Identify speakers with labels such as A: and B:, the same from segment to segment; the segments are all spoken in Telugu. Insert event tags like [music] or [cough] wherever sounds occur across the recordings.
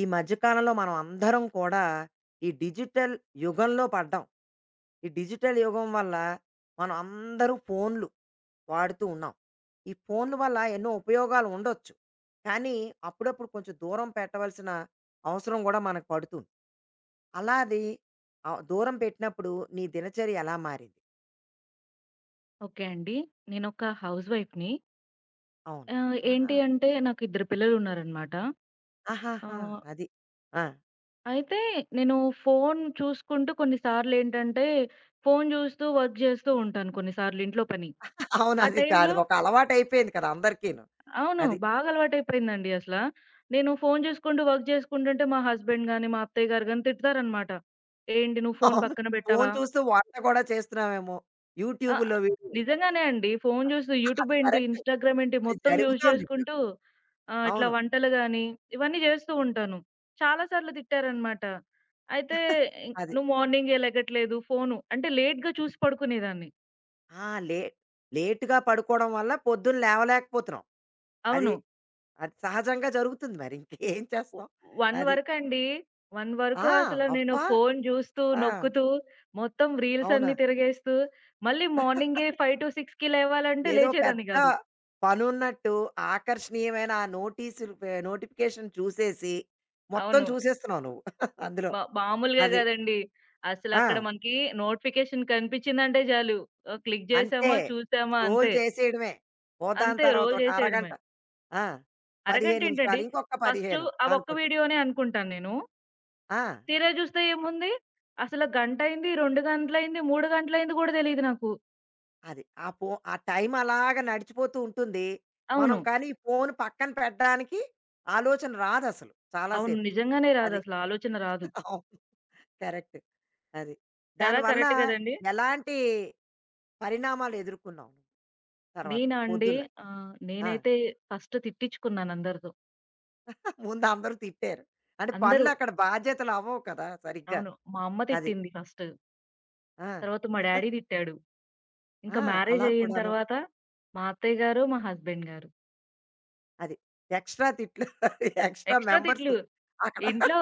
A: ఈ మధ్య కాలంలో మనం అందరం కూడా ఈ డిజిటల్ యుగంలో పడ్డాం. ఈ డిజిటల్ యుగం వల్ల మనం అందరూ ఫోన్లు వాడుతూ ఉన్నాం. ఈ ఫోన్ల వల్ల ఎన్నో ఉపయోగాలు ఉండొచ్చు. కానీ అప్పుడప్పుడు కొంచెం దూరం పెట్టవలసిన అవసరం కూడా మనకు పడుతుంది. అలాది దూరం పెట్టినప్పుడు నీ దినచర్య ఎలా మారింది?
B: ఓకే అండి. నేనొక హౌస్ వైఫ్‌ని.
A: అవును. ఆహా!
B: ఏంటి అంటే నాకు ఇద్దరు పిల్లలున్నారనమాట.
A: ఆహాహా!
B: ఆహ్,
A: అది. ఆ!
B: అయితే నేను ఫోను చూసుకుంటూ కొన్నిసార్లేంటంటే, ఫోను జూస్తూ వర్క్ జేస్తూ ఉంటాను కొన్నిసార్లు ఇంట్లో పని.
A: [laughs] అవును.
B: ఆ
A: అది కాదు.
B: టైంలో
A: ఒక అలవాటయిపోయింది కదా అందరికీను.
B: అవును,
A: అది.
B: బాగా అలవాటయిపోయిందండి అసల. నేను ఫోను జూసుకుంటూ వర్క్ జేసుకుంటుంటే మా హస్బెండ్ గాని, మా అత్తయ్య గారు గాని తిడతారనమాట. "ఏంటి నువ్వు ఫోను
A: అవును.
B: పక్కన బెట్టావా?"
A: ఫోను చూస్తూ వంట కూడా చేస్తున్నామేమో.
B: ఆ!
A: యూట్యూబ్‌లో వీడియో.
B: నిజంగానే అండి. ఫోను చూస్తూ యూట్యూబ్
A: అది
B: ఏంటి,
A: కరెక్ట్.
B: ఇన్‌స్టాగ్రామ్ ఏంటి
A: అది
B: మొత్తం యూజ్
A: జరుగుతోందిప్పుడు.
B: చేసుకుంటూ ఇట్లా
A: అవును.
B: వంటలు గాని, ఇవన్నీ చేస్తూ ఉంటాను. చాలా సార్లు తిట్టారనమాట. అయితే
A: అది.
B: "నువ్వు మార్నింగే లెగట్లేదు ఫోను" అంటే లేట్‌గా చూసి పడుకునేదాన్ని.
A: ఆ! లే లేట్‌గా పడుకోవడం వల్ల పొద్దున్న లేవలేకపోతున్నాం. అది.
B: అవును.
A: అది సహజంగా జరుగుతుంది మరి. ఇంకేం చేస్తాం.
B: 1
A: అది.
B: వరకండి. 1 వరకు
A: ఆ!
B: అసలు నేను
A: అబ్బా!
B: ఫోను చూస్తూ,
A: ఆ!
B: నొక్కుతూ, మొత్తం రీల్స్
A: అవునా?
B: అన్నీ తిరిగేస్తూ, మళ్ళీ
A: [laughs]
B: మార్నింగే 5-6కి లేవాలంటే
A: ఏదో
B: లేచేదాన్ని
A: పెద్ద
B: కాదు.
A: పనున్నట్టు ఆకర్షణీయమైన ఆ నోటీసులు నోటిఫికేషన్ చూసేసి మొత్తం
B: అవును.
A: చూసేస్తున్నావు నువ్వు [laughs] అందులో.
B: మా మామూలుగా
A: అది.
B: గాదండి. అసలక్కడ
A: ఆ!
B: మనకి నోటిఫికేషన్ కనిపించిందంటే చాలు. క్లిక్
A: అంతే.
B: జేసామా, చూసామా
A: స్క్రోల్
B: అంతే.
A: చేసేయడమే. పోదాం
B: అంతే
A: తర్వాత
B: రోల్
A: ఒక
B: జేసేయడమే.
A: అరగంట. ఆ!
B: అరగంట
A: 15
B: ఏంటండి
A: నిమిషాలు. ఇంకొక
B: ఫస్టు
A: 15
B: ఆ ఒక్క
A: అనుకోట్టు.
B: వీడియోనే అనుకుంటాను నేను.
A: ఆ!
B: తీరా జూస్తే ఏముంది? అసల గంటయింది, 2 గంటలయింది, 3 గంటలయింది గూడా తెలీదు నాకు.
A: అది. ఆ టైం అలాగా నడిచిపోతూ ఉంటుంది. మనం
B: అవును.
A: కానీ ఈ ఫోన్ పక్కన పెట్టడానికి ఆలోచన రాదసలు చాలా
B: అవును,
A: సేపు.
B: నిజంగానే
A: అది.
B: రాదసల ఆలోచన రాదు.
A: అవును. కరెక్ట్. అది.
B: కదా!
A: దానివల్ల
B: కరెక్ట్ గదండీ!
A: ఎలాంటి పరిణామాలు ఎదుర్కొన్నావు నువ్వు తర్వాత
B: నేనా అండి?
A: పొద్దున్న? ఆ!
B: నేనైతే ఫస్ట్ తిట్టించుకున్నాను అందరితో.
A: ముందు అందరూ తిట్టారు. అంటే
B: అందరూ
A: పనులు అక్కడ బాధ్యతలు అవ్వవు కదా! సరిగ్గా.
B: అవును, మా అమ్మ
A: అది.
B: తిట్టింది ఫస్టు.
A: ఆ!
B: తర్వాత మా డాడీ తిట్టాడు. ఇంకా
A: ఆ!
B: మ్యారేజ్
A: అలా
B: అయిన
A: కూడాను.
B: తర్వాత మా అత్తయ్య గారు, మా హస్బెండ్ గారు.
A: అది. ఎక్స్‌ట్రా తిట్లు, [laughs] ఎక్స్‌ట్రా
B: ఎక్స్‌ట్రా
A: మెంబర్స్
B: తిట్లు.
A: అక్కడ.
B: ఇంట్లో,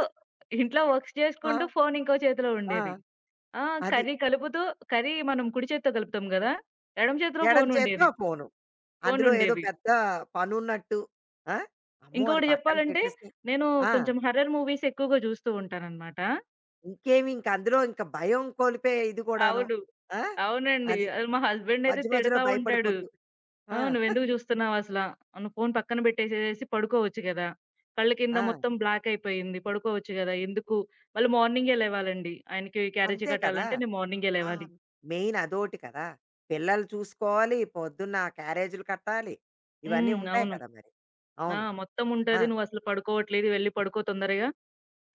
B: ఇంట్లో వర్క్స్
A: ఆ!
B: చేసుకుంటూ ఫోన్ ఇంకో చేతిలో ఉండేది.
A: ఆ!
B: ఆ!
A: అది.
B: కర్రీ కలుపుతూ కర్రీ మనం కుడి చేత్తో కలుపుతాం గదా! ఎడమ చేతిలో
A: ఎడం
B: ఫోన్
A: చేత్తో
B: ఉండేది.
A: ఫోను.
B: ఫోన్
A: అందులో ఏదో
B: ఉండేది.
A: పెద్ద పనున్నట్టు. ఆ! అమ్మో! అది
B: ఇంకొకటి
A: పక్కన
B: జెప్పాలంటే
A: పెట్టేసి
B: నేను
A: ఆ!
B: కొంచెం హర్రర్ మూవీస్ ఎక్కువగా జూస్తూ ఉంటానన్నమాట.
A: ఇంకేమి ఇంక అందులో ఇంక భయం కోల్పే ఇది కూడాను.
B: అవును.
A: ఆ!
B: అవునండి,
A: అది.
B: అది మా హస్బెండ్ అయితే
A: మధ్య మధ్యలో
B: తిడతా ఉంటాడు.
A: భయపడిపోతూ.
B: ఆ!
A: ఆ!
B: "నువ్వెందుకు జూస్తున్నావసలా? నువ్వు ఫోను పక్కన బెట్టేసేసేసి పడుకోవచ్చు గదా! కళ్ళ కింద
A: ఆ!
B: మొత్తం బ్లాక్ అయిపోయింది. పడుకోవచ్చు గదా! ఎందుకు?" మళ్ళీ మార్నింగే లేవాలండి. ఆయనకి క్యారేజీ
A: అంతే కదా!
B: కట్టాలంటే నేను మార్నింగే
A: ఆ!
B: లేవాలి.
A: మెయిన్ అదోటి కదా! పిల్లలు చూసుకోవాలి, పొద్దున్న క్యారేజులు కట్టాలి. ఇవన్నీ
B: హ్మ్.
A: ఉంటాయి
B: అవును.
A: కదా మరి.
B: ఆ!
A: అవును. ఆ!
B: మొత్తముంటది. "నువ్వసలు పడుకోవట్లేదు. వెళ్లి పడుకో తొందరగా.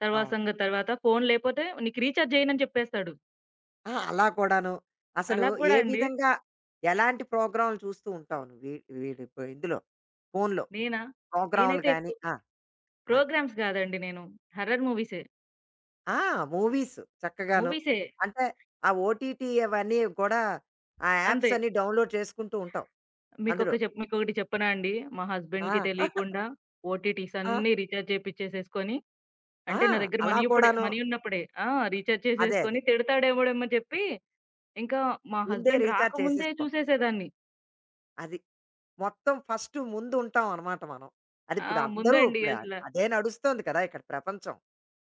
B: తర్వాత
A: అవును.
B: సంగతి తర్వాత. ఫోను లేపోతే నీకు రీచార్జ్ జేయనని" జెప్పేస్తాడు.
A: ఆ! అలా కూడాను. అసలు
B: అలా గూడా
A: ఏ
B: అండి.
A: విధంగా ఎలాంటి ప్రోగ్రామ్‌లు చూస్తూ ఉంటావు నువ్వు? ఇందులో ఫోన్‌లో
B: నేనా?
A: ప్రోగ్రామ్‌లు
B: నేనైతే
A: గాని?
B: ఎక్కువ
A: ఆ! ఆ!
B: ప్రోగ్రామ్స్ గాదండి నేను. హర్రర్ మూవీసే.
A: ఆ! మూవీస్ చక్కగాను.
B: మూవీసే.
A: అంటే ఆ ఓటీటీ అవన్నీ కూడా ఆ
B: అంతే.
A: యాప్స్ అన్నీ డౌన్‌లోడ్ చేసుకుంటూ ఉంటావు అందులో.
B: మీకొకటి చెప్పనా అండి? మా
A: ఆ!
B: హస్బెండ్‌కి
A: [laughs]
B: తెలియకుండా ఓటీటీస్
A: ఆ!
B: అన్నీ రీచార్జ్ చేపిచ్చేసేసుకొని
A: ఆ!
B: అంటే నా దగ్గర
A: అలా
B: ఇప్పుడే
A: కూడాను.
B: మనీ ఉన్నప్పుడే ఆ! రీచార్జ్
A: అదే
B: చేసేసుకొని
A: అదే.
B: తిడతాడేమోడేమో చెప్పి, ఇంకా మా
A: ముందే
B: హస్బెండ్
A: రీచార్జ్
B: రాకముందే
A: చేసేసుకోవడం.
B: చూసేసేదాన్ని.
A: అది. మొత్తం ఫస్ట్ ముందు ఉంటాం అనమాట మనం. అది
B: ఆ!
A: ఇప్పుడు అందరూ
B: ముందండి అసల.
A: అదే నడుస్తోంది కదా! ఇక్కడ ప్రపంచం.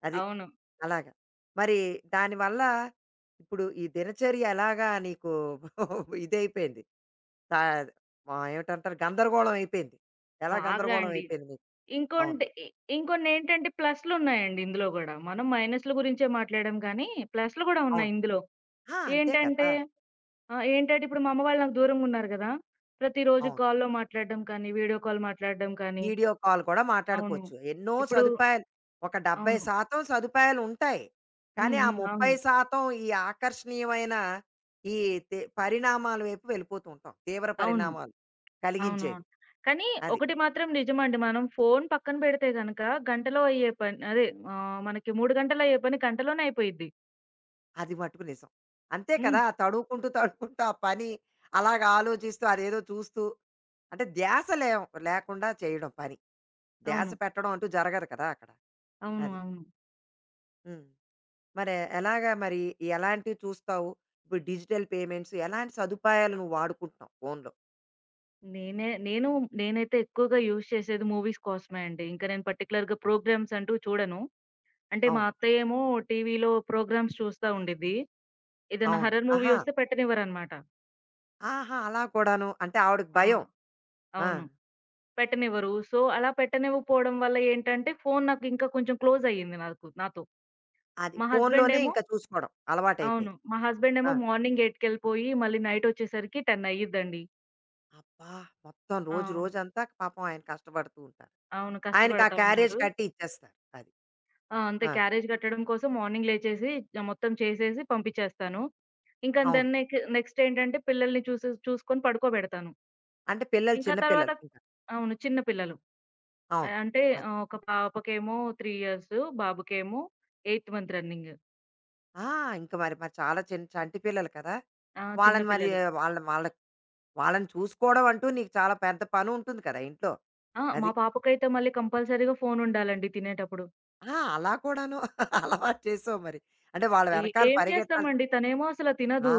A: అది.
B: అవును.
A: అలాగా. మరి దానివల్ల ఇప్పుడు ఈ దినచర్య ఎలాగా నీకు [laughs] ఇదైపోయింది. తా మా ఏమిటంటారు, గందరగోళం అయిపోయింది. ఎలా
B: బాగా
A: గందరగోళం
B: అండి.
A: అయిపోయింది మీకు? అవును.
B: ఇంకొంటి ఇ ఇంకొన్నేంటంటే ప్లస్‌లున్నాయండి ఇందులో గూడా. మనం మైనస్‌ల గురించే మాట్లాడాం కానీ, ప్లస్‌లు గూడా ఉన్నాయి
A: అవును.
B: ఇందులో.
A: ఆ! అంతే
B: ఏంటంటే
A: కదా!
B: ఆ! ఏంటంటే ఇప్పుడు మా అమ్మ వాళ్ళు నాకు దూరంగున్నారు గదా! ప్రతిరోజు
A: అవును.
B: కాల్‌లో మాట్లాడడం కానీ, వీడియో కాల్ మాట్లాడడం కానీ
A: వీడియో కాల్ కూడా
B: అవును.
A: మాట్లాడుకోవచ్చు. ఎన్నో
B: ఇప్పుడు
A: సదుపాయాలు, ఒక
B: అవును.
A: 70% సదుపాయాలుంటాయి.
B: హ్మ్.
A: కానీ ఆ
B: హ్మ్. అవును.
A: 30% ఈ ఆకర్షణీయమైన ఈ పరిణామాల వైపు వెళ్ళిపోతూ ఉంటాం. తీవ్ర
B: అవును.
A: పరిణామాలు
B: అవును.
A: కలిగించేవి.
B: అవును. కానీ
A: అది.
B: ఒకటి మాత్రం నిజమండి. మనం ఫోను పక్కన పెడితే గనక గంటలో అయ్యే పని అదే మనకి 3 గంటల్లో అయ్యే పని గంటలోనే అయిపోయిద్ది.
A: అది మట్టుకు నిజం. అంతే కదా!
B: హ్మ్.
A: ఆ తడువుకుంటూ, తడువుకుంటూ ఆ పని అలాగా ఆలోచిస్తూ అదేదో చూస్తూ అంటే ధ్యాస లేవ్ లేకుండా చేయడం పని. ధ్యాస
B: అవును.
A: పెట్టడం అంటూ జరగదు కదా అక్కడ.
B: అవును.
A: అది.
B: అవును.
A: హ్మ్. మరి ఎలాగా మరి ఎలాంటివి చూస్తావు? ఇప్పుడు డిజిటల్ పేమెంట్స్ ఎలాంటి సదుపాయాలు నువ్వు వాడుకుంటున్నావు ఫోన్‌లో?
B: నేను నేనైతే ఎక్కువగా యూజ్ చేసేది మూవీస్ కోసమే అండి. ఇంకా నేను పర్టిక్యులర్‌గా ప్రోగ్రామ్స్ అంటూ చూడను. అంటే మా
A: అవును.
B: అత్తయ్యేమో టీవీలో ప్రోగ్రామ్స్ చూస్తా ఉండిద్ది. ఏదైనా
A: అవును.
B: హారర్ మూవీ
A: ఆహా!
B: వస్తే పెట్టనివ్వరనమాట.
A: ఆహా! అలా కూడాను. అంటే ఆవిడకి
B: ఆ!
A: భయం. ఆ!
B: అవును. పెట్టనివ్వరు. సో, అలా పెట్టనివ్వకపోవడం వల్ల ఏంటంటే, ఫోను నాకు ఇంకా కొంచెం క్లోజ్ అయ్యింది నాకు నాతో.
A: అది
B: మా హస్బెండ్
A: ఫోన్‌లోనే
B: ఏమో
A: ఇంకా చూసుకోవడం
B: అవును,
A: అలవాటయిపోయింది.
B: మా హస్బెండ్
A: ఆ!
B: ఏమో మార్నింగ్ 8కెళ్ళిపోయి మళ్ళీ నైట్ వచ్చేసరికి 10 అయ్యిద్దండి.
A: అబ్బా! మొత్తం రోజు,
B: అవును.
A: రోజంతా పాపం ఆయన కష్టపడుతూ ఉంటారు.
B: అవును,
A: ఆయనకి ఆ
B: కష్టపడతా
A: క్యారేజ్
B: ఉంటారు.
A: కట్టి ఇచ్చేస్తారు. అది.
B: ఆ! అంతే
A: ఆ!
B: క్యారేజ్ కట్టడం కోసం మార్నింగ్ లేచేసి మొత్తం చేసేసి పంపించేస్తాను. ఇంకా
A: అవును.
B: దెన్ నెక్ నెక్స్ట్ ఏంటంటే పిల్లల్ని చూసుకొని పడుకోబెడతాను.
A: అంటే పిల్లలు,
B: ఇంకా
A: చిన్న
B: తర్వాత
A: పిల్లలు ఇంకా.
B: అవును, చిన్న పిల్లలు. ఆ!
A: అవును.
B: అంటే
A: అది.
B: ఒక పాపకేమో 3 ఇయర్స్, బాబుకేమో ఎయిత్ మంత్ రన్నింగ్.
A: ఆ! ఇంక మరి మరి చాలా చిన్న చంటి పిల్లలు కదా!
B: ఆ! చిన్న
A: వాళ్ళని మరి
B: పిల్లలు.
A: వాళ్ళ వాళ్ళ వాళ్ళని చూసుకోవడం అంటూ నీకు చాలా పెద్ద పనుంటుంది కదా ఇంట్లో.
B: ఆ! మా
A: అది.
B: పాపకైతే మళ్ళీ కంపల్సరీగా ఫోనుండాలండి తినేటప్పుడు.
A: ఆ! అలా కూడాను, [laughs] అలవాటు చేసావు మరి. అంటే వాళ్ళ
B: ఏ
A: వెనకాల
B: ఏం
A: పరిగెట్టాలి.
B: చేస్తామండి తనేమో అసల
A: ఆ!
B: తినదు.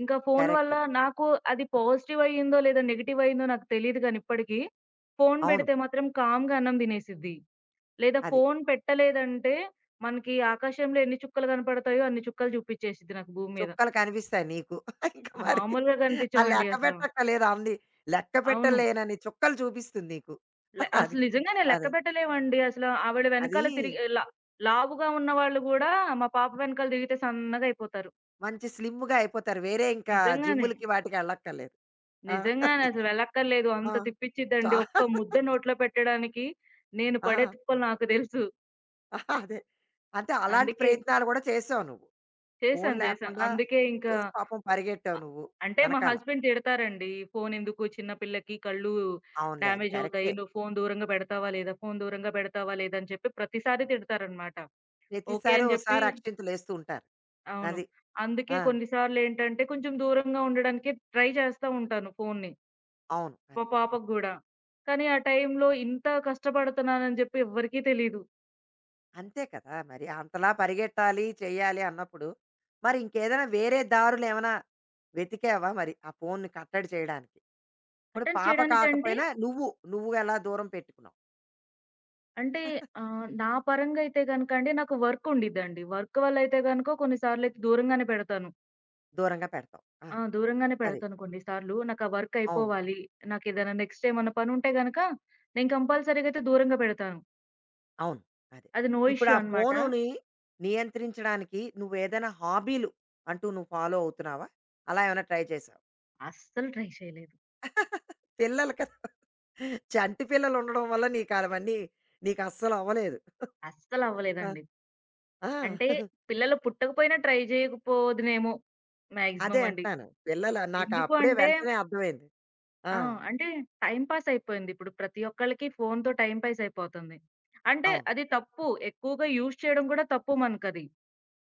B: ఇంకా ఫోను వల్ల
A: కరెక్ట్.
B: నాకు అది పాజిటివ్ అయ్యిందో లేదా నెగెటివ్ అయిందో నాకు తెలీదు గాని ఇప్పటికి. ఫోను
A: అవును.
B: పెడితే మాత్రం కామ్‌గా అన్నం తినేసిద్ది. లేదా
A: అది.
B: ఫోను పెట్టలేదంటే మనకి ఆకాశంలో ఎన్ని చుక్కలు కనపడతాయో అన్ని చుక్కలు చూపించేసిద్ది నాకు భూమి మీద.
A: చుక్కలు కనిపిస్తాయి నీకు. [laughs] ఇంక మరి
B: మామూలుగా
A: ఆ
B: కనిపించవండి
A: లెక్క
B: అసల.
A: పెట్టక్కర్లేదు. అన్ని లెక్క
B: అవును.
A: పెట్టలేనన్ని చుక్కలు చూపిస్తుంది నీకు. [laughs] అది.
B: అసలు నిజంగానే లెక్క
A: అదే.
B: పెట్టలేమండి. అసలు ఆవిడ
A: అది
B: వెనకాల తిరిగి ఇలా లావుగా ఉన్నవాళ్ళు గూడా మా పాప వెనకాల తిరిగితే సన్నగయిపోతారు.
A: మంచి స్లిమ్‌గా అయిపోతారు. వేరే ఇంకా
B: నిజంగానే.
A: జిమ్ములకి వాటికి ఎళ్ళక్కర్లేదు. ఆ!
B: నిజంగానే అసలు వెళ్ళక్కర్లేదు.
A: ఆ!
B: అంత
A: చా
B: తిప్పిచ్చిద్దండి. ఒక్క ముద్ద నోట్లో పెట్టడానికి నేను పడే
A: ఆ!
B: తిప్పలు నాకు తెలుసు.
A: ఆ, అదే. అంటే అలాంటి
B: అందుకే
A: ప్రయత్నాలు గూడా చేసావు నువ్వు. ఫోను
B: చేశాను. చేశాను.
A: లేకుండా
B: అందుకే ఇంకా
A: చేసి పాపం
B: అ
A: పరిగెట్టావు నువ్వు
B: అంటే మా
A: వెనకాల.
B: హస్బెండ్ తిడతారండి. "ఫోను ఎందుకు చిన్న పిల్లకి కళ్ళు
A: అవునులే, అది
B: డ్యామేజ్ అవుతాయి.
A: కరెక్టే.
B: నువ్వు ఫోను దూరంగా పెడతావా లేదా? ఫోను దూరంగా పెడతావా లేదా?" అని చెప్పి ప్రతిసారి తిడతారనమాట. ఓకే
A: ప్రతిసారి
B: అని జెప్పి
A: ఓసారి అక్షింతలేస్తూ ఉంటారు.
B: అవును,
A: అది.
B: అందుకే
A: ఆ!
B: కొన్ని సార్లేంటంటే కొంచెం దూరంగా ఉండడానికే ట్రై చేస్తా ఉంటాను ఫోన్ని.
A: అవును.
B: మా
A: అది కరెక్టే.
B: పాపకు గూడా. కానీ ఆ టైంలో ఇంత కష్టపడుతున్నానని జెప్పి ఎవ్వరికీ తెలీదు.
A: అంతే కదా! మరి అంతలా పరిగెట్టాలి, చేయాలి అన్నప్పుడు మరి ఇంకేదైనా వేరే దారులేమైనా వెతికావా మరి ఆ ఫోనుని కట్టడి చేయడానికి? ఇప్పుడు
B: అటెండ్
A: పాప
B: చేయడానికంటే
A: కాకపోయినా నువ్వు, ఎలా దూరం పెట్టుకున్నావు?
B: అంటే నా పరంగా అయితే గనక అండి నాకు వర్క్ ఉండిద్దండి. వర్క్ వల్ల అయితే గనుక కొన్ని సార్లయితే దూరంగానే పెడతాను.
A: దూరంగా పెడతావు. ఆ!
B: ఆ! దూరంగానే
A: అది.
B: పెడతాను కొన్ని సార్లు. నాకు ఆ వర్క్
A: అవును.
B: అయిపోవాలి. నాకేదైనా నెక్స్ట్ ఏమన్నా పనుంటే గనక నేను కంపల్సరీగా అయితే దూరంగా పెడతాను.
A: అవును. అదే.
B: అది నో
A: ఇప్పుడు
B: ఇష్యూ
A: ఆ
B: అనమాట.
A: ఫోనుని నియంత్రించడానికి నువ్వేదైనా హాబీలు అంటూ నువ్వు ఫాలో అవుతున్నావా? అలా ఏమైనా ట్రై చేశావా?
B: అస్సలు ట్రై చేయలేదు.
A: [laughs] పిల్లలు కదా! చంటి పిల్లలు ఉండడం వల్ల నీకు అవన్నీ నీకు అస్సలు అవ్వలేదు. ఆ!
B: అస్సలవ్వలేదండి.
A: ఆ!
B: అంటే పిల్లలు పుట్టకపోయినా ట్రై జేయకపోదునేమో
A: అదే
B: మాక్సిమం అండి.
A: అంటున్నాను. పిల్లలు, నాకు
B: ఎందుకు
A: అప్పుడే
B: అంటే
A: వెంటనే అర్థమైంది. ఆ!
B: ఆ! అంటే టైమ్ పాస్ అయిపోయింది. ఇప్పుడు ప్రతి ఒక్కళ్ళకి ఫోన్‌తో టైమ్ పాస్ అయిపోతుంది. అంటే
A: అవును.
B: అది తప్పు. ఎక్కువగా యూజ్ చేయడం గూడా తప్పు మనకది.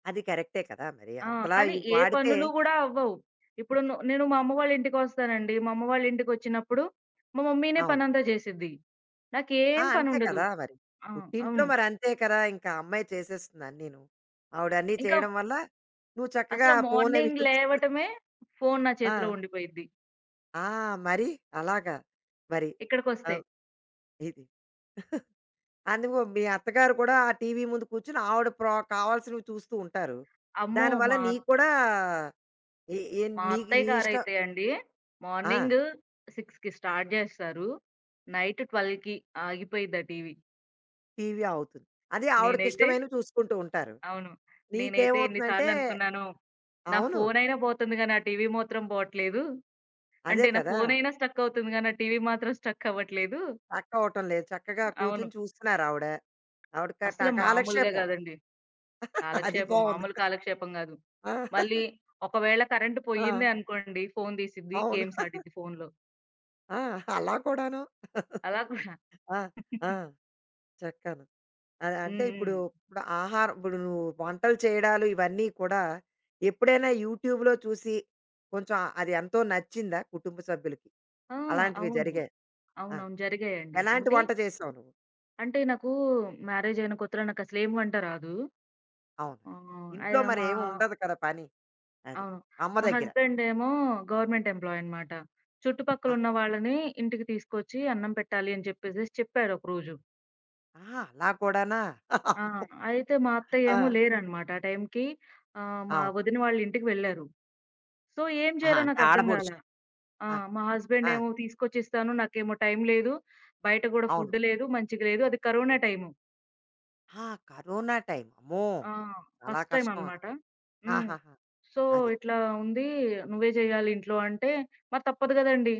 A: అది కరెక్టే కదా! మరి
B: ఆ!
A: అంతలా
B: కానీ
A: ఇవి
B: ఏ
A: వాడితే
B: పనులు గూడా అవ్వవు. ఇప్పుడు నేను మా అమ్మ వాళ్ళ ఇంటికొస్తానండి. మా అమ్మ వాళ్ళ ఇంటికొచ్చినప్పుడు మా మమ్మీనే
A: అవును.
B: పనంతా జేసిద్ది.
A: ఆ!
B: నాకేం
A: అంతే
B: పనుండదు.
A: కదా! మరి.
B: ఆ!
A: పుట్టింట్లో
B: అవును.
A: మరి అంతే కదా! ఇంకా అమ్మాయి చేసేస్తుంది అన్నీను. ఆవిడన్నీ
B: ఇంకా
A: చేయడం వల్ల నువ్వు చక్కగా
B: అసలు
A: ఫోన్ అవి
B: మార్నింగ్
A: చూసుకోవడం.
B: లేవటమే ఫోను నా
A: ఆ!
B: చేతిలో ఉండిపోయిద్ది
A: ఆ! మరి అలాగా. మరి
B: ఇక్కడికొస్తే.
A: ఆహ్, ఇది. [laughs] అందుకు మీ అత్తగారు కూడా ఆ టీవీ ముందు కూర్చొని ఆవిడ కావాల్సినవి చూస్తూ ఉంటారు.
B: అమ్మో!
A: దానివల్ల
B: మా
A: నీకు కూడా ఎ ఎన్
B: మా
A: నీకు
B: అత్తయ్య
A: నీ ఇష్టం.
B: గారైతే అండి
A: ఆ!
B: మార్నింగు 6కి స్టార్ట్ జేస్తారు. నైట్ 12కి ఆగిపోయిద్ది ఆ టీవీ.
A: టీవీ అవుతుంది. అదే
B: నేనైతే
A: ఆవిడకిష్టమైనవి చూసుకుంటూ ఉంటారు.
B: అవును, నేనైతే ఎన్ని
A: నీకేమవుతుందంటే
B: సార్లనుకున్నానో నా
A: అవును.
B: ఫోనైనా బోతుంది గానీ, ఆ టీవీ మాత్రం బోట్లేదు.
A: అదే
B: అంటే నా
A: కదా!
B: ఫోనైనా స్ట్రక్ అవుతుంది గానీ, ఆ టీవీ మాత్రం స్ట్రక్ అవ్వట్లేదు.
A: చక్క అవటం లేదు. చక్కగా
B: అవును.
A: కూర్చొని చూస్తున్నారు ఆవిడ. ఆవిడ
B: అసలు మామూలుగా
A: కాలక్షేపం.
B: గాదండి.
A: [laughs] అది
B: కాలక్షేపం.
A: బావుంది.
B: మామూలు కాలక్షేపం గాదు.
A: ఆ!
B: మళ్ళీ ఒకవేళ కరెంట్
A: ఆ!
B: పోయిందే అనుకోండి, ఫోను దీసిద్ది.
A: అవును.
B: గేమ్స్ ఆడిద్ది ఫోనులో.
A: ఆ! అలా కూడాను.
B: అలా కూడా.
A: ఆ! ఆ! చక్కను. అది
B: హ్మ్.
A: అంటే
B: హ్మ్.
A: ఇప్పుడు, ఇప్పుడు ఆహారం, ఇప్పుడు నువ్వు వంటలు చేయడాలు ఇవన్నీ కూడా ఎప్పుడైనా యూట్యూబ్‌లో చూసి కొంచెం అది ఎంతో నచ్చిందా కుటుంబ సభ్యులకి?
B: ఆ!
A: అలాంటివి
B: అవును.
A: జరిగాయి. ఆ!
B: అవునవును, జరిగాయండి.
A: ఎలాంటి
B: అంటే,
A: వంట చేసావు నువ్వు?
B: అంటే నాకు మ్యారేజ్ అయిన కొత్తలో నాకసలేం వంట రాదు.
A: అవును.
B: ఆహ్, అది
A: ఇంట్లో మరి
B: మా
A: ఏమి ఉండదు కదా పని. అది.
B: అవును.
A: అమ్మ
B: మా
A: దగ్గర.
B: హస్బెండ్ ఏమో గవర్నమెంట్ ఎంప్లాయీ అనమాట.
A: ఆహా!
B: చుట్టుపక్కలున్న వాళ్ళని ఇంటికి తీసుకొచ్చి అన్నం పెట్టాలి అని చెప్పేసేసి చెప్పాడు ఒకరోజు.
A: ఆహా! అలా కూడానా?
B: ఆ!
A: అమ్మో!
B: అయితే మా అత్తయ్య ఏమో
A: ఆ!
B: లేరనమాట ఆ టైంకి. మా
A: అవును.
B: వదిన వాళ్ళ ఇంటికి వెళ్లారు. సో, ఏం
A: ఆహా!
B: చేయాలో
A: అంటే
B: నాకర్థం
A: ఆడబొడుచు.
B: గాలా. ఆ!
A: ఆహా!
B: మా హస్బెండ్
A: ఆ!
B: ఏమో తీసుకొచ్చిస్తాను, నాకేమో టైం లేదు, బయట గూడా
A: అవును.
B: ఫుడ్ లేదు, మంచిగా లేదు. అది కరోనా టైము.
A: ఆ! Corona time. అమ్మో!
B: ఆ!
A: చాలా
B: ఫస్ట్ టైమ్
A: కష్టం అది.
B: అనమాట. హ్మ్.
A: ఆహాహా!
B: సో,
A: అది.
B: ఇట్లా ఉంది. "నువ్వే చేయాలి ఇంట్లో" అంటే మరి తప్పదు గదండీ.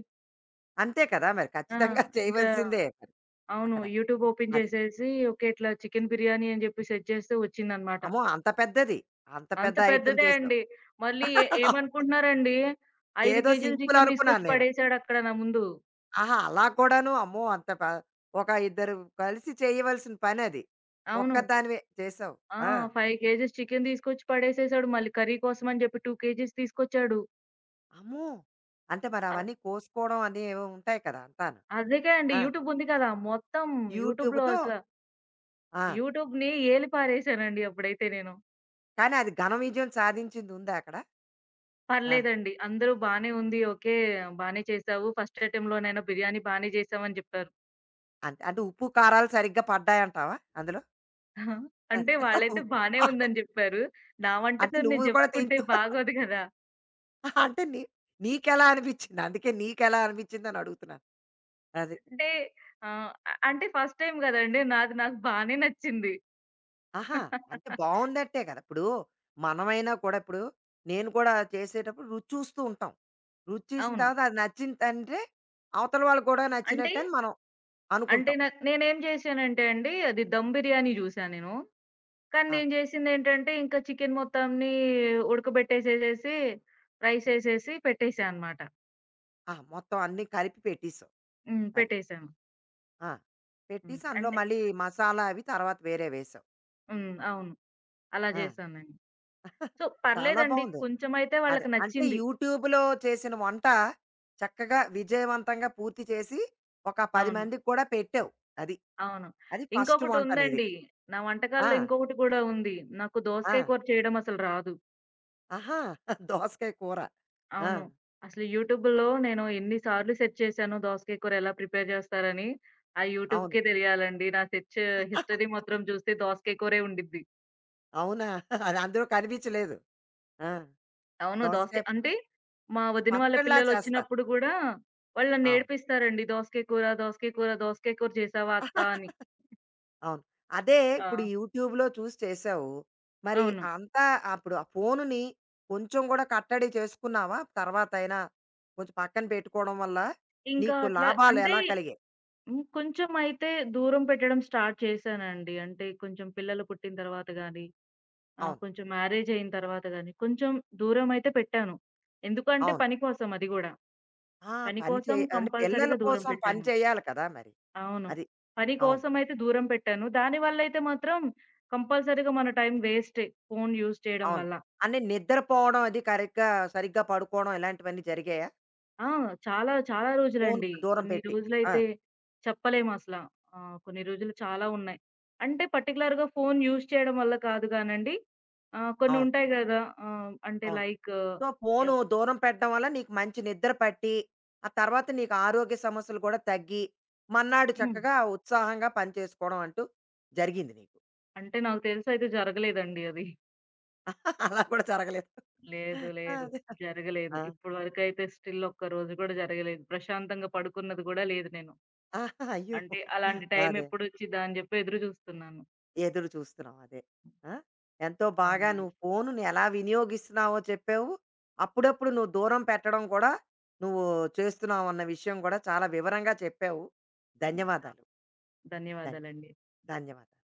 A: అంతే కదా! మరి
B: ఆ!
A: ఖచ్చితంగా
B: ఇంకా
A: చేయవలసిందే మరి
B: అవును,
A: అక్కడ.
B: యూట్యూబ్ ఓపెన్
A: అది.
B: చేసేసి ఓకే. ఇట్లా చికెన్ బిర్యానీ అని చెప్పి సెర్చ్ చేస్తే వచ్చిందనమాట.
A: అమ్మో! అంత పెద్దది. అంత
B: అంత
A: పెద్ద ఐటెమ్
B: పెద్దదే
A: చేసావు.
B: అండి. మళ్ళీ
A: [laughs]
B: ఏమనుకుంటున్నారండి, 5
A: ఏదో
B: కేజీలు
A: సింపుల్
B: చికెన్ తీసుకొచ్చి
A: అనుకున్నాను నేను.
B: పడేసాడక్కడ నా ముందు.
A: ఆహా! అలా కూడాను, అమ్మో! అంత ప ఒక ఇద్దరు కలిసి చేయవలసిన పనది.
B: అవును.
A: ఒక్కదానివే చేసావు.
B: ఆ!
A: ఆ!
B: 5 కేజీస్ చికెన్ తీసుకొచ్చి పడేసేసాడు. మళ్ళీ కర్రీ కోసం అని చెప్పి 2 కేజీస్ తీసుకొచ్చాడు.
A: అమ్మో! అంటే మరి
B: అ
A: అవన్నీ కోసుకోవడం అని ఏవో ఉంటాయి కదా అంతాను.
B: అదేకే అండి
A: ఆ!
B: యూట్యూబ్ ఉంది కదా! మొత్తం యూట్యూబ్‌లో
A: యూట్యూబ్‌తో
B: అసల
A: ఆ!
B: యూట్యూబ్‌ని ఏలి పారేశానండి అప్పుడైతే నేను.
A: కానీ అది ఘన విజయం సాధించింది ఉందా అక్కడ? ఆ!
B: పర్లేదండి. అందరూ బానే ఉంది. ఓకే. బానే చేసావు. ఫస్ట్ అటెంప్ట్‌లోనైనా బిర్యానీ బానే చేసావని జెప్పారు.
A: అంతే. అంటే ఉప్పు, కారాలు సరిగ్గా పడ్డాయంటావా అందులో?
B: [laughs]
A: అది.
B: అంటే
A: [laughs]
B: వాళ్ళైతే
A: ఉప్పు.
B: బానే ఉందని జెప్పారు. నా
A: అంటే
B: వంటకం
A: నువ్వు
B: నేను
A: కూడా
B: జెప్పుకుంటే
A: తింటూ
B: బాగోదు గదా!
A: [laughs] అంటే నీకెలా అనిపించింది? అందుకే నీకెలా అనిపించిందని అడుగుతున్నాను. అది.
B: అంటే ఆహ్, అ అంటే ఫస్ట్ టైమ్ గదండీ. నాది నాకు బానే నచ్చింది.
A: ఆహా! అంటే
B: [laughs]
A: బావుందట్టే కదా! ఇప్పుడు మనమైనా కూడా ఇప్పుడు నేను కూడా చేసేటప్పుడు రుచి చూస్తూ ఉంటాం. రుచి చూసిన
B: అవును.
A: తర్వాత అది నచ్చిందంటే అవతల వాళ్ళకి కూడా
B: అంటే
A: నచ్చినట్టని మనం
B: అంటే
A: అనుకుంటాం.
B: నాకు నేనేం జేశానంటే అండి అది దమ్ బిర్యానీ జూసా నేను. కానీ
A: ఆహా!
B: నేను జేసిందేంటంటే, ఇంకా చికెను మొత్తాన్ని ఉడకబెట్టేసేసేసి, రైసేసేసి పెట్టేసా అనమాట.
A: ఆ! మొత్తం అన్నీ కలిపి పెట్టేసావు.
B: హ్మ్.
A: అది.
B: పెట్టేసాను.
A: ఆ!
B: హ్మ్.
A: పెట్టేసి అందులో
B: అంటే
A: మళ్ళీ మసాలా అవి తర్వాత వేరే వేసావు.
B: హ్మ్. అవును. అలా
A: ఆ!
B: జేశాను నేను.
A: [laughs]
B: సో,
A: చాలా
B: పర్లేదండి.
A: బావుంది.
B: కొంచెమైతే
A: అదే.
B: వాళ్ళకి
A: అంటే
B: నచ్చింది.
A: యూట్యూబ్‌లో చేసిన వంట చక్కగా విజయవంతంగా పూర్తి చేసి ఒక 10
B: అవును.
A: మందికి కూడా పెట్టావు. అది.
B: అవును.
A: అది ఫస్ట్ వంట నీది.
B: ఇంకొకటుందండి. నా వంటకాల్లో
A: ఆ!
B: ఇంకొకటి గూడా ఉంది. నాకు
A: ఆ!
B: దోసకాయ కూర చేయడం అసలు రాదు.
A: ఆహా! [laughs] దోసకాయ కూర. ఆ!
B: అవును. అసలు యూట్యూబ్‌లో నేను ఎన్ని సార్లు సెర్చ్ చేశానో దోసకాయ కూర ఎలా ప్రిపేర్ జేస్తారని, ఆ
A: అవును.
B: యూట్యూబ్‌కే దెలియాలండి. నా సెర్చ్ హిస్టరీ
A: [laughs]
B: మాత్రం జూస్తే దోసకాయ కూరే ఉండిద్ది.
A: అవునా? [laughs] అది అందులో కనిపించలేదు. ఆ!
B: అవును.
A: దోసకాయ
B: దోసకాయ అంటే మా వదిన వాళ్ళ
A: పచ్చడిలా చేస్తారు.
B: పిల్లలొచ్చినప్పుడు గూడా వాళ్ళు
A: అవును.
B: నన్నేడిపిస్తారండి. "దోసకాయ కూర, దోసకాయ కూర, దోసకాయ కూర చేసావా అత్తా"
A: [laughs]
B: అని.
A: అవును. అదే ఇప్పుడు
B: ఆ!
A: యూట్యూబ్‌లో చూసి చేసావు. మరి
B: అవును.
A: అంతా అప్పుడు ఆ ఫోనుని కొంచెం కూడా కట్టడి చేసుకున్నావా? తర్వాతైనా కొంచెం పక్కన పెట్టుకోవడం వల్ల
B: ఇంకా
A: నీకు
B: అట్లా
A: లాభాలు
B: అంటే
A: ఎలా కలిగాయి?
B: హ్మ్, కొంచెం అయితే దూరం పెట్టడం స్టార్ట్ చేశానండి. అంటే కొంచెం పిల్లలు పుట్టిన తర్వాత గానీ,
A: అవును.
B: కొంచెం మ్యారేజయిన తర్వాత గానీ, కొంచెం దూరమయితే పెట్టాను. ఎందుకంటే
A: అవును.
B: పని కోసం అది గూడా.
A: ఆ!
B: పని
A: పని
B: కోసం
A: అంటే పిల్లల
B: కంపల్సరీగా దూరం
A: కోసం పని
B: పెట్టాను.
A: చేయాలి కదా మరి.
B: అవును.
A: అది.
B: పని
A: అవును.
B: కోసమైతే దూరం పెట్టాను. దానివల్లయితే మాత్రం కంపల్సరీగా మన టైం వేస్టే ఫోను యూజ్ చేయడం
A: అవును.
B: వల్ల.
A: అంటే నిద్రపోవడం అది కరెక్ట్‌గా సరిగ్గా పడుకోవడం ఇలాంటివన్నీ జరిగాయా?
B: ఆ! చాలా చాలా రోజులండి.
A: ఫోన్‌కి దూరం
B: కొన్ని
A: పెట్టి. ఆ!
B: రోజులైతే చెప్పలేమసల. కొన్ని రోజులు చాలా ఉన్నాయి. అంటే పర్టిక్యులర్‌గా ఫోను యూజ్ చేయడం వల్ల కాదు గానండి. కొన్ని
A: అవును.
B: ఉంటాయి గదా! అంటే
A: అవును.
B: Like
A: so, phone
B: yeah!
A: దూరం పెట్టడం వల్ల నీకు మంచి నిద్ర పట్టి, ఆ తర్వాత నీకు ఆరోగ్య సమస్యలు కూడా తగ్గి, మర్నాడు
B: హ్మ్.
A: చక్కగా ఉత్సాహంగా పని చేసుకోవడం అంటూ జరిగింది నీకు.
B: అంటే నాకు తెలిసయితే జరగలేదండి అది.
A: [laughs] అలా కూడా జరగలేదు.
B: లేదు. లేదు.
A: అదే.
B: జరగలేదు.
A: ఆ!
B: ఇప్పటి వరకైతే స్టిల్ ఒక్క రోజు గూడా జరగలేదు. ప్రశాంతంగా పడుకున్నది గూడా లేదు నేను.
A: ఆ, అయ్యో!
B: అంటే అలాంటి
A: అదే.
B: టైమెప్పుడొచ్చిద్దా అని జెప్పి ఎదురు జూస్తున్నాను.
A: ఎదురు చూస్తున్నాం అదే. ఆ! ఎంతో బాగా
B: అవునండి.
A: నువ్వు ఫోనుని ఎలా వినియోగిస్తున్నావో చెప్పావు. అప్పుడప్పుడు నువ్వు దూరం పెట్టడం కూడా నువ్వు చేస్తున్నావన్న విషయం కూడా చాలా వివరంగా చెప్పావు.
B: హ్మ్. ఆ!
A: ధన్యవాదాలు. ధన్
B: ధన్యవాదాలండి.
A: ధన్యవాదాలు.